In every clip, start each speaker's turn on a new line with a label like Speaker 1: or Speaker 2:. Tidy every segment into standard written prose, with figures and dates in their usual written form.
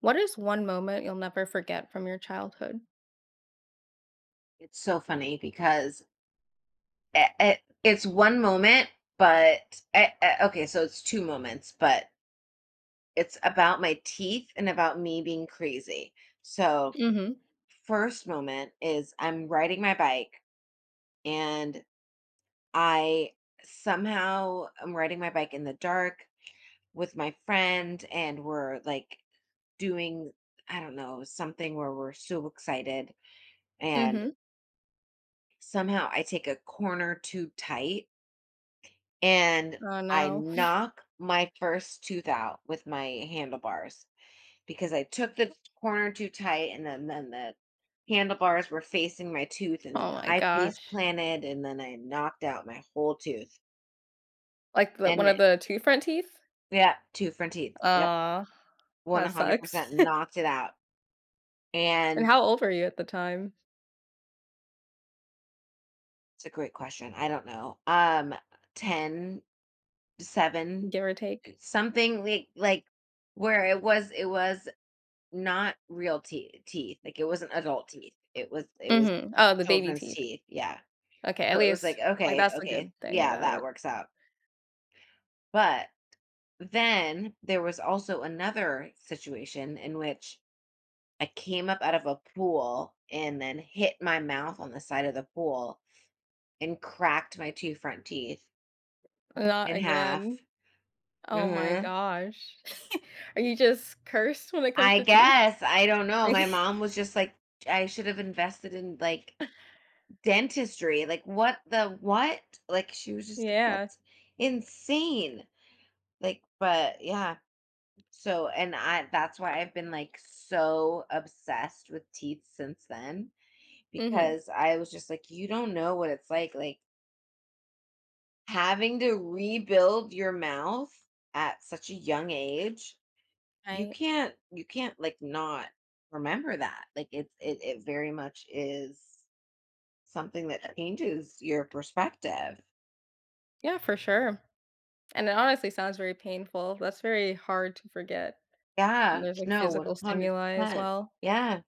Speaker 1: What is one moment you'll never forget from your childhood?
Speaker 2: It's so funny because it's one moment, but okay, so it's two moments, but it's about my teeth and about me being crazy. So,
Speaker 1: Mhm.
Speaker 2: first moment is I'm riding my bike and I somehow am riding my bike in the dark with my friend, and we're like doing, I don't know, something where we're so excited. And
Speaker 1: Mhm.
Speaker 2: somehow I take a corner too tight and
Speaker 1: Oh,
Speaker 2: I
Speaker 1: no.
Speaker 2: knock my first tooth out with my handlebars because I took the corner too tight and then the handlebars were facing my tooth and then
Speaker 1: Oh my
Speaker 2: I face
Speaker 1: gosh.
Speaker 2: planted and then I knocked out my whole tooth.
Speaker 1: Like, the
Speaker 2: And
Speaker 1: one
Speaker 2: it,
Speaker 1: of the two front teeth?
Speaker 2: yeah, two front teeth. Yep.
Speaker 1: Ah, that sucks.
Speaker 2: 100% knocked it out.
Speaker 1: And
Speaker 2: And
Speaker 1: how old were you at the time,
Speaker 2: it's a great question. I don't know. Ten, 7,
Speaker 1: give or take?
Speaker 2: something like where it was not real te teeth, like, it wasn't adult teeth, it was
Speaker 1: Mhm. Oh, the baby
Speaker 2: children's
Speaker 1: teeth.
Speaker 2: teeth, yeah.
Speaker 1: Okay, at
Speaker 2: So it was
Speaker 1: least,
Speaker 2: like,
Speaker 1: like,
Speaker 2: "Okay,
Speaker 1: that's the
Speaker 2: okay,
Speaker 1: good thing
Speaker 2: yeah,
Speaker 1: about
Speaker 2: that
Speaker 1: it.
Speaker 2: works out." But then there was also another situation in which I came up out of a pool and then hit my mouth on the side of the pool and cracked my two front teeth
Speaker 1: Not
Speaker 2: in
Speaker 1: again.
Speaker 2: half.
Speaker 1: Oh my
Speaker 2: Mhm.
Speaker 1: gosh. Are you just cursed when it comes
Speaker 2: I
Speaker 1: to teeth?
Speaker 2: guess, I don't know, my mom was just like, "I should have invested in, like, dentistry, like, what the what?" Like, she was just like,
Speaker 1: Yeah.
Speaker 2: "That's insane." Like, but yeah. So, and I that's why I've been, like, so obsessed with teeth since then
Speaker 1: Mhm.
Speaker 2: because I was just like, "You don't know what it's like, having to rebuild your mouth at such a young age, you
Speaker 1: Right.
Speaker 2: can't you can't, like, not remember that. Like, it very much is something that changes your perspective.
Speaker 1: Yeah, for sure. And it honestly sounds very painful. That's very hard to forget. And
Speaker 2: Yeah,
Speaker 1: there's, like,
Speaker 2: no,
Speaker 1: physical stimuli as
Speaker 2: 100%.
Speaker 1: well.
Speaker 2: Yeah,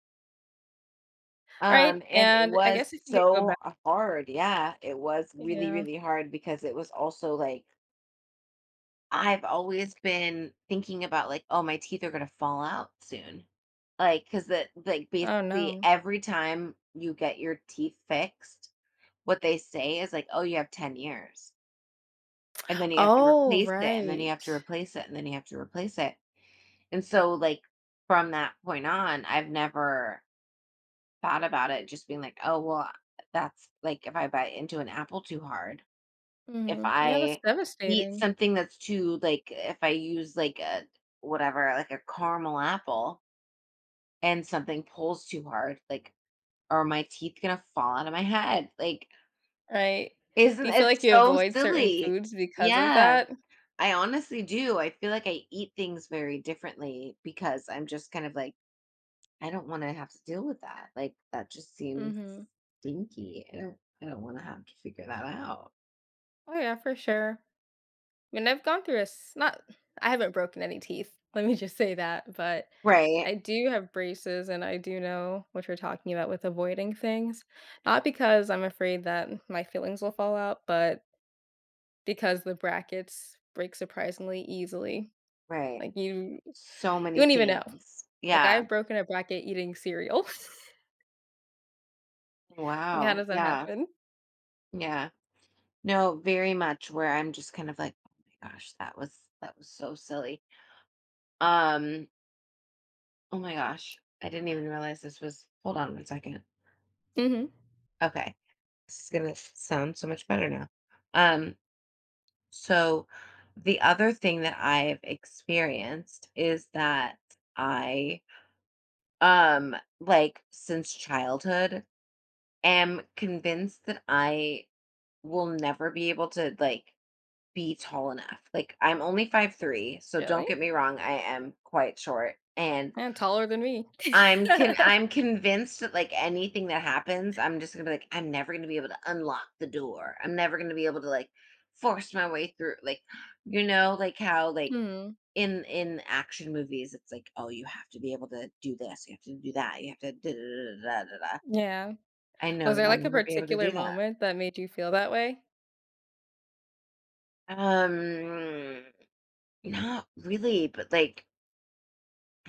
Speaker 1: Alright,
Speaker 2: and it
Speaker 1: and I
Speaker 2: was
Speaker 1: guess if you could go
Speaker 2: so
Speaker 1: back
Speaker 2: hard, yeah, it was really,
Speaker 1: yeah.
Speaker 2: really hard because it was also, like, I've always been thinking about, like, "Oh, my teeth are gonna fall out soon." Like, cause the like,
Speaker 1: Oh,
Speaker 2: basically,
Speaker 1: no.
Speaker 2: every time you get your teeth fixed, what they say is like, "Oh, you have 10 years," and then you have to
Speaker 1: Oh,
Speaker 2: replace it, and then you
Speaker 1: right.
Speaker 2: have to replace it, and then you have to replace it, and so, like, from that point on, I've never thought about it just being like, "Oh, well, that's like if I bite into an apple too hard, if
Speaker 1: Mhm. Yeah, that's
Speaker 2: I eat
Speaker 1: devastating.
Speaker 2: something that's too like if I use like a whatever, like a caramel apple and something pulls too hard, like are my teeth going to fall out of my head?" Like
Speaker 1: Right. Do
Speaker 2: isn't
Speaker 1: you feel
Speaker 2: it
Speaker 1: like you
Speaker 2: so
Speaker 1: avoid certain
Speaker 2: silly?
Speaker 1: foods because of
Speaker 2: Yeah.
Speaker 1: that?
Speaker 2: I honestly do. I feel like I eat things very differently because I'm just kind of like I don't wanna have to deal with that, like, that just seems
Speaker 1: Mhm.
Speaker 2: stinky. I don't wanna have to figure that out.
Speaker 1: Oh, yeah, for sure. I mean, I've gone through a s not, I haven't broken any teeth, let me just say that, but
Speaker 2: Right,
Speaker 1: I do have braces, and I do know what you're talking about with avoiding things. Not because I'm afraid that my feelings will fall out, but because the brackets break surprisingly easily.
Speaker 2: right.
Speaker 1: Like, you
Speaker 2: So many
Speaker 1: wouldn't even know.
Speaker 2: things.
Speaker 1: Like,
Speaker 2: Yeah.
Speaker 1: I've broken a bracket eating cereal. Like, how
Speaker 2: Wow.
Speaker 1: does that
Speaker 2: Yeah,
Speaker 1: happen?
Speaker 2: yeah. No, very much where I'm just kind of like, "Oh my gosh, that was so silly." Um, oh my gosh, I didn't even realize this was hold on one second.
Speaker 1: Mhm.
Speaker 2: Okay, this is gonna sound so much better now. Um So, the other thing that I've experienced is that I, um, like, since childhood, am convinced that I will never be able to, like, be tall enough. Like, I'm only 5'3". So don't
Speaker 1: Really?
Speaker 2: get me wrong, I am quite short. And
Speaker 1: Yeah, taller than me.
Speaker 2: I'm convinced that, like, anything that happens, I'm just gonna be like, "I'm never gonna be able to unlock the door. I'm never gonna be able to, like, force my way through." Like, you know, like, how, like,
Speaker 1: Mhm.
Speaker 2: in action movies, it's like, "Oh, you have to be able to do this, you have to do that, you have to da da da da da da
Speaker 1: Yeah.
Speaker 2: I know
Speaker 1: Was
Speaker 2: that
Speaker 1: there,
Speaker 2: I'll
Speaker 1: like, a
Speaker 2: never be able to
Speaker 1: particular
Speaker 2: do that."
Speaker 1: moment that made you feel that way?
Speaker 2: Um, not really, but, like,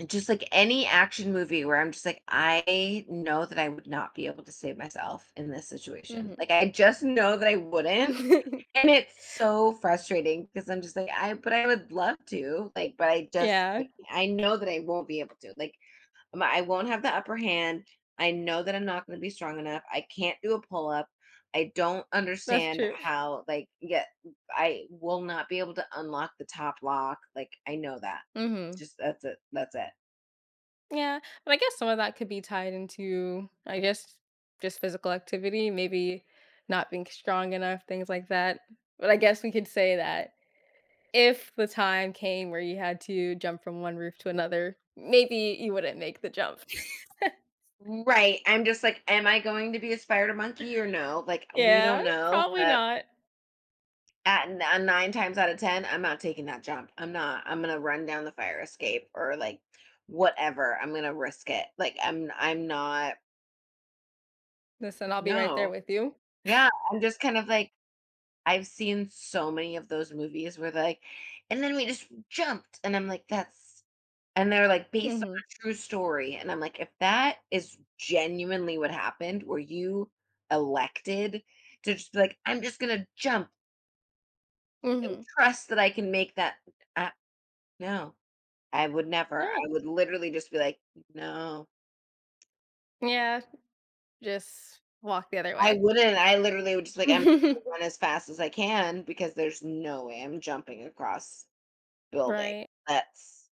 Speaker 2: just, like, any action movie where I'm just like, "I know that I would not be able to save myself in this situation."
Speaker 1: Mhm.
Speaker 2: Like, I just know that I wouldn't, and it's so frustrating because I'm just like, "I but I would love to," like, but I just,
Speaker 1: Yeah,
Speaker 2: like, I know that I won't be able to, like. I won't have the upper hand. I know that I'm not going to be strong enough. I can't do a pull up. I don't
Speaker 1: that's
Speaker 2: understand
Speaker 1: true.
Speaker 2: how, like, yeah, I will not be able to unlock the top lock. Like, I know that. It's
Speaker 1: Mhm.
Speaker 2: just that's it. That's it.
Speaker 1: Yeah, but I guess some of that could be tied into, I guess, just physical activity, maybe not being strong enough, things like that. But I guess we could say that if the time came where you had to jump from one roof to another, maybe you wouldn't make the jump.
Speaker 2: Right. I'm just like, am I going to be a spider monkey or no? Like, we don't
Speaker 1: Yeah,
Speaker 2: know.
Speaker 1: probably
Speaker 2: But
Speaker 1: not.
Speaker 2: at n- uh, nine times out of 10, I'm not taking that jump. I'm not. I'm going to run down the fire escape or like whatever. I'm going to risk it. Like, I'm not.
Speaker 1: Listen, I'll be right there
Speaker 2: No.
Speaker 1: with you.
Speaker 2: Yeah, I'm just kind of like, I've seen so many of those movies where they're like, and then we just jumped. And I'm like, and they're like based on
Speaker 1: Mhm,
Speaker 2: a true story. And I'm like, if that is genuinely what happened, were you elected to just be like, I'm just going to jump and
Speaker 1: mhm.
Speaker 2: trust that I can make that? Uh, no, I would never. I
Speaker 1: Alright.
Speaker 2: would literally just be like, no,
Speaker 1: Yeah, just walk the other
Speaker 2: I
Speaker 1: way.
Speaker 2: wouldn't. I literally would just be like, I'm just gonna run as fast as I can because there's no way I'm jumping across building.
Speaker 1: Right.
Speaker 2: That's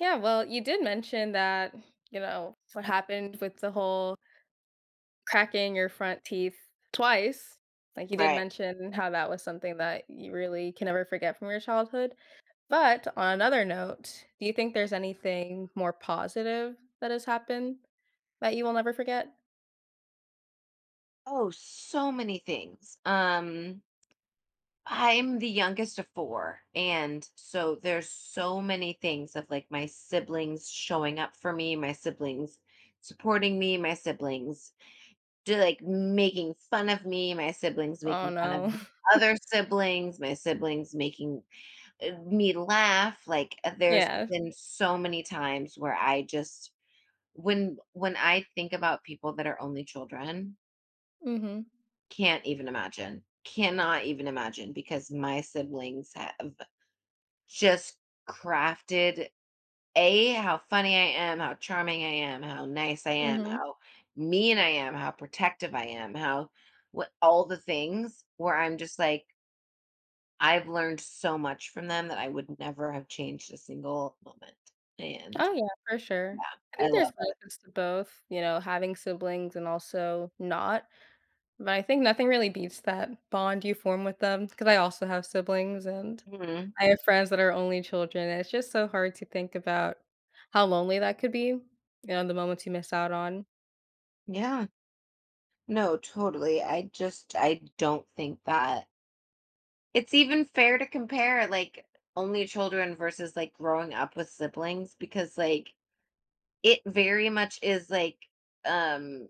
Speaker 1: Yeah, well, you did mention that, you know, what happened with the whole cracking your front teeth twice. Like, you did
Speaker 2: Right.
Speaker 1: mention how that was something that you really can never forget from your childhood. But on another note, do you think there's anything more positive that has happened that you will never forget?
Speaker 2: Oh, so many things. I'm the youngest of four, and so there's so many things of like my siblings showing up for me, my siblings supporting me, my siblings do like making fun of me, my siblings
Speaker 1: Oh,
Speaker 2: making fun of
Speaker 1: no.
Speaker 2: the other siblings, my siblings making me laugh. Like, there's
Speaker 1: Yeah.
Speaker 2: been so many times where I just when I think about people that are only children.
Speaker 1: Mhm.
Speaker 2: Can't even imagine. Cannot even imagine because my siblings have just crafted A, how funny I am, how charming I am, how nice I am,
Speaker 1: Mhm.
Speaker 2: how mean I am, how protective I am, how what all the things where I'm just like, I've learned so much from them that I would never have changed a single moment. And
Speaker 1: Oh, yeah, for
Speaker 2: yeah,
Speaker 1: sure. I
Speaker 2: I
Speaker 1: think there's
Speaker 2: love
Speaker 1: benefits to both, you know, having siblings and also not, but I think nothing really beats that bond you form with them. Because I also have siblings, and
Speaker 2: it. Mhm.
Speaker 1: I have friends that are only children, and it's just so hard to think about how lonely that could be, you know, the moments you miss out on.
Speaker 2: Yeah. No, totally. I don't think that it's even fair to compare, like, only children versus, like, growing up with siblings because, like, it very much is like, um,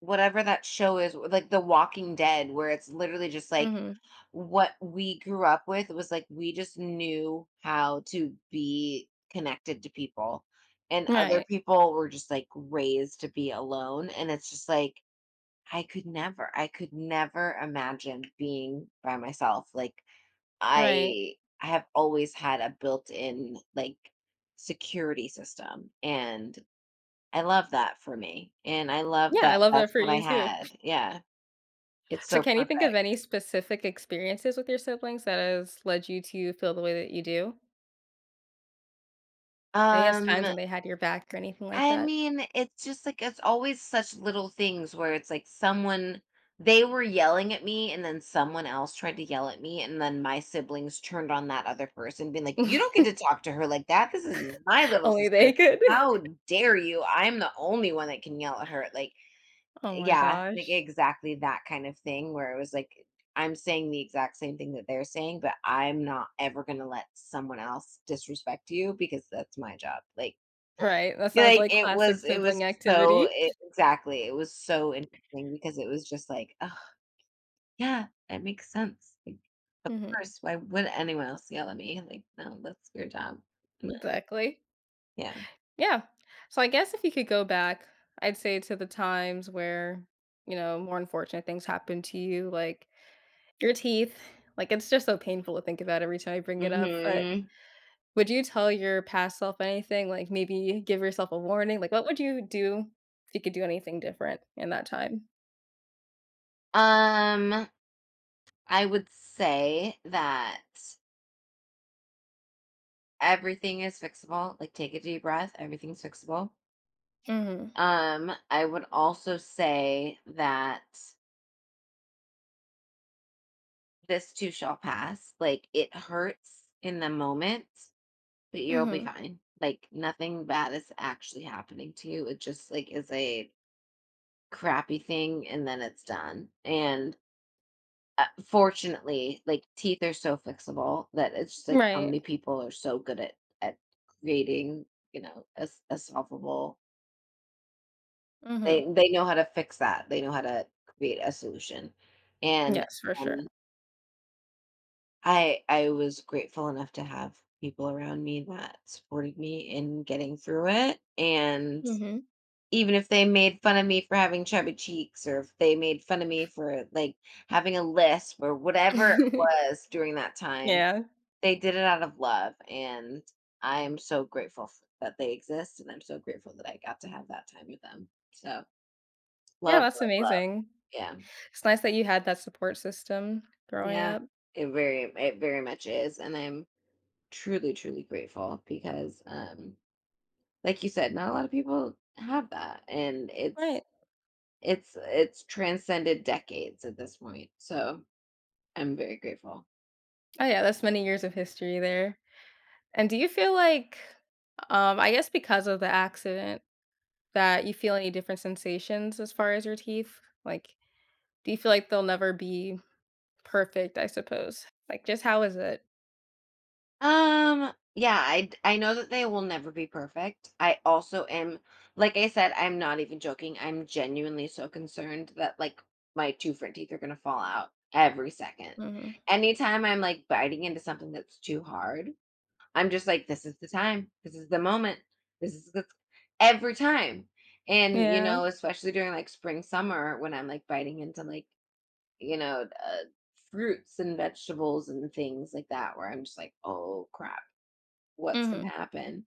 Speaker 2: whatever that show is, like, The Walking Dead, where it's literally just like
Speaker 1: Mhm.
Speaker 2: what we grew up with was like we just knew how to be connected to people, and other
Speaker 1: Right.
Speaker 2: people were just like raised to be alone, and it's just like I could never imagine being by myself, like
Speaker 1: Right.
Speaker 2: I I have always had a built-in like security system and I love that for me. And I love
Speaker 1: Yeah, I
Speaker 2: that
Speaker 1: love that
Speaker 2: that's
Speaker 1: for
Speaker 2: what I
Speaker 1: you too.
Speaker 2: had. Yeah. It's
Speaker 1: So
Speaker 2: so
Speaker 1: can you think of
Speaker 2: perfect.
Speaker 1: any specific experiences with your siblings that has led you to feel the way that you do? I guess times
Speaker 2: Um
Speaker 1: when they had your back or anything like
Speaker 2: I
Speaker 1: that?
Speaker 2: mean, it's just like it's always such little things where it's like someone they were yelling at me and then someone else tried to yell at me and then my siblings turned on that other person being like, "You don't get to talk to her like that. This is my little
Speaker 1: Only they
Speaker 2: sister.
Speaker 1: could.
Speaker 2: How dare you? I'm the only one that can yell at her." Like,
Speaker 1: Oh my
Speaker 2: yeah, like
Speaker 1: gosh.
Speaker 2: exactly that kind of thing where it was like I'm saying the exact same thing that they're saying, but I'm not ever going to let someone else disrespect you because that's my job. Like
Speaker 1: Right, that sounds
Speaker 2: like,
Speaker 1: like
Speaker 2: it
Speaker 1: classic
Speaker 2: was
Speaker 1: sibling
Speaker 2: so
Speaker 1: activity.
Speaker 2: e exactly, it was so interesting because it was just like, oh yeah, that makes sense." Like, of
Speaker 1: Mhm,
Speaker 2: course, why would anyone else yell at me? Like, "No, that's your job." But
Speaker 1: exactly.
Speaker 2: yeah.
Speaker 1: Yeah. So I guess if you could go back, I'd say to the times where, you know, more unfortunate things happened to you, like your teeth. Like, it's just so painful to think about every time I bring it up, but
Speaker 2: Mhm.
Speaker 1: would you tell your past self anything? Like, maybe give yourself a warning? Like, what would you do if you could do anything different in that time?
Speaker 2: Um, I would say that everything is fixable, like, take a deep breath, everything's fixable.
Speaker 1: Mhm,
Speaker 2: I would also say that this too shall pass, like, it hurts in the moment. But you'll be
Speaker 1: mhm.
Speaker 2: fine. Like nothing bad is actually happening to you. It just like is a crappy thing and then it's done. And fortunately, like teeth are so fixable that it's just like how many
Speaker 1: Right.
Speaker 2: people are so good at at creating, you know, a solvable.
Speaker 1: Mhm.
Speaker 2: They know how to fix that. They know how to create a solution. And
Speaker 1: Yes, for
Speaker 2: um,
Speaker 1: sure.
Speaker 2: I was grateful enough to have people around me that supported me in getting through it and
Speaker 1: Mhm.
Speaker 2: even if they made fun of me for having chubby cheeks or if they made fun of me for like having a lisp or whatever it was during that time
Speaker 1: Yeah.
Speaker 2: they did it out of love and I am so grateful that they exist and I'm so grateful that I got to have that time with them so
Speaker 1: Yeah,
Speaker 2: love
Speaker 1: that's
Speaker 2: love love.
Speaker 1: amazing.
Speaker 2: Yeah,
Speaker 1: It's nice that you had that support system growing
Speaker 2: yeah,
Speaker 1: up.
Speaker 2: it very much is and I'm truly truly grateful because like you said not a lot of people have that and it's
Speaker 1: Right.
Speaker 2: It's it's transcended decades at this point, so I'm very grateful.
Speaker 1: Oh, yeah, that's many years of history there. And do you feel like, I guess because of the accident, that you feel any different sensations as far as your teeth? Like, do you feel like they'll never be perfect, I suppose. Like, just how is it?
Speaker 2: Yeah, I know that they will never be perfect. I also am, like I said, I'm not even joking. I'm genuinely so concerned that like my two front teeth are gonna fall out every second.
Speaker 1: Mhm.
Speaker 2: Anytime I'm like biting into something that's too hard, I'm just like, this is the time, this is the moment, this is the every time. And you
Speaker 1: Yeah.
Speaker 2: know, especially during like spring summer when I'm like biting into like you know, fruits and vegetables and things like that where I'm just like, "Oh crap, what's going
Speaker 1: Mhm.
Speaker 2: to happen?"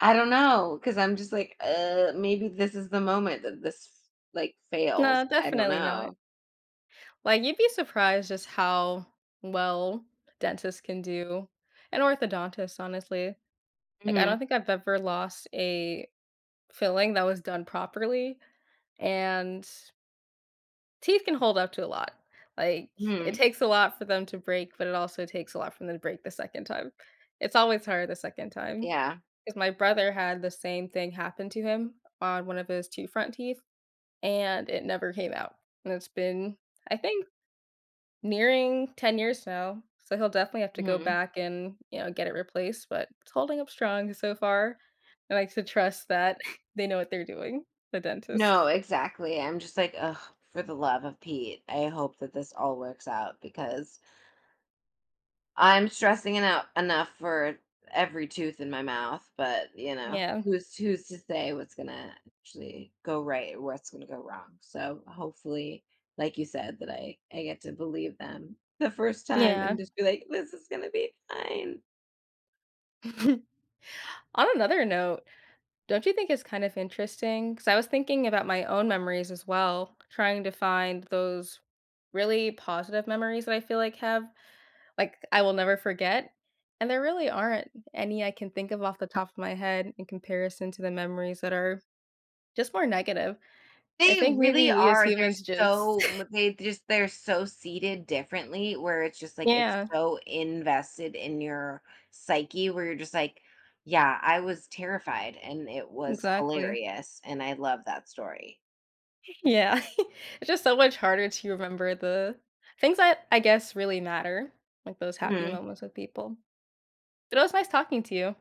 Speaker 2: I don't know because I'm just like, maybe this is the moment that this like
Speaker 1: No,
Speaker 2: fails." I don't
Speaker 1: definitely not.
Speaker 2: know.
Speaker 1: Like, you'd be surprised just how well dentists can do, and orthodontists, honestly. Like, I don't
Speaker 2: Mhm.
Speaker 1: think I've ever lost a filling that was done properly, and teeth can hold up to a lot. Like, it
Speaker 2: Mhm.
Speaker 1: takes a lot for them to break, but it also takes a lot for them to break the second time. It's always hard the second time.
Speaker 2: Yeah.
Speaker 1: 'Cause my brother had the same thing happen to him on one of his two front teeth, and it never came out. And it's been, I think, nearing 10 years now, so he'll definitely have to go
Speaker 2: Mhm.
Speaker 1: back and, you know, get it replaced, but it's holding up strong so far. I like to trust that they know what they're doing, the
Speaker 2: No,
Speaker 1: dentists.
Speaker 2: exactly. I'm just like, "Ugh, for the love of Pete, I hope that this all works out because I'm stressing it out enough for every tooth in my mouth, but you know,
Speaker 1: Yeah.
Speaker 2: who's to say what's gonna actually go right or what's gonna go wrong. So hopefully, like you said, that I get to believe them the first time and
Speaker 1: Yeah.
Speaker 2: just be like, this is gonna be fine.
Speaker 1: On another note, don't you think it's kind of interesting? Because I was thinking about my own memories as well, trying to find those really positive memories that I feel like have, like, I will never forget. And there really aren't any I can think of off the top of my head in comparison to the memories that are just more negative. I
Speaker 2: They
Speaker 1: think
Speaker 2: really
Speaker 1: maybe we as
Speaker 2: are, they're
Speaker 1: humans just,
Speaker 2: so seated differently where it's just, like, it's
Speaker 1: yeah,
Speaker 2: so invested in your psyche where you're just like, "Yeah, I was terrified, and it was
Speaker 1: exactly.
Speaker 2: hilarious, and I love that story."
Speaker 1: Yeah. it's just so much harder to remember the things that I guess really matter, like those happy
Speaker 2: Mhm.
Speaker 1: moments with people. But it was nice talking to you.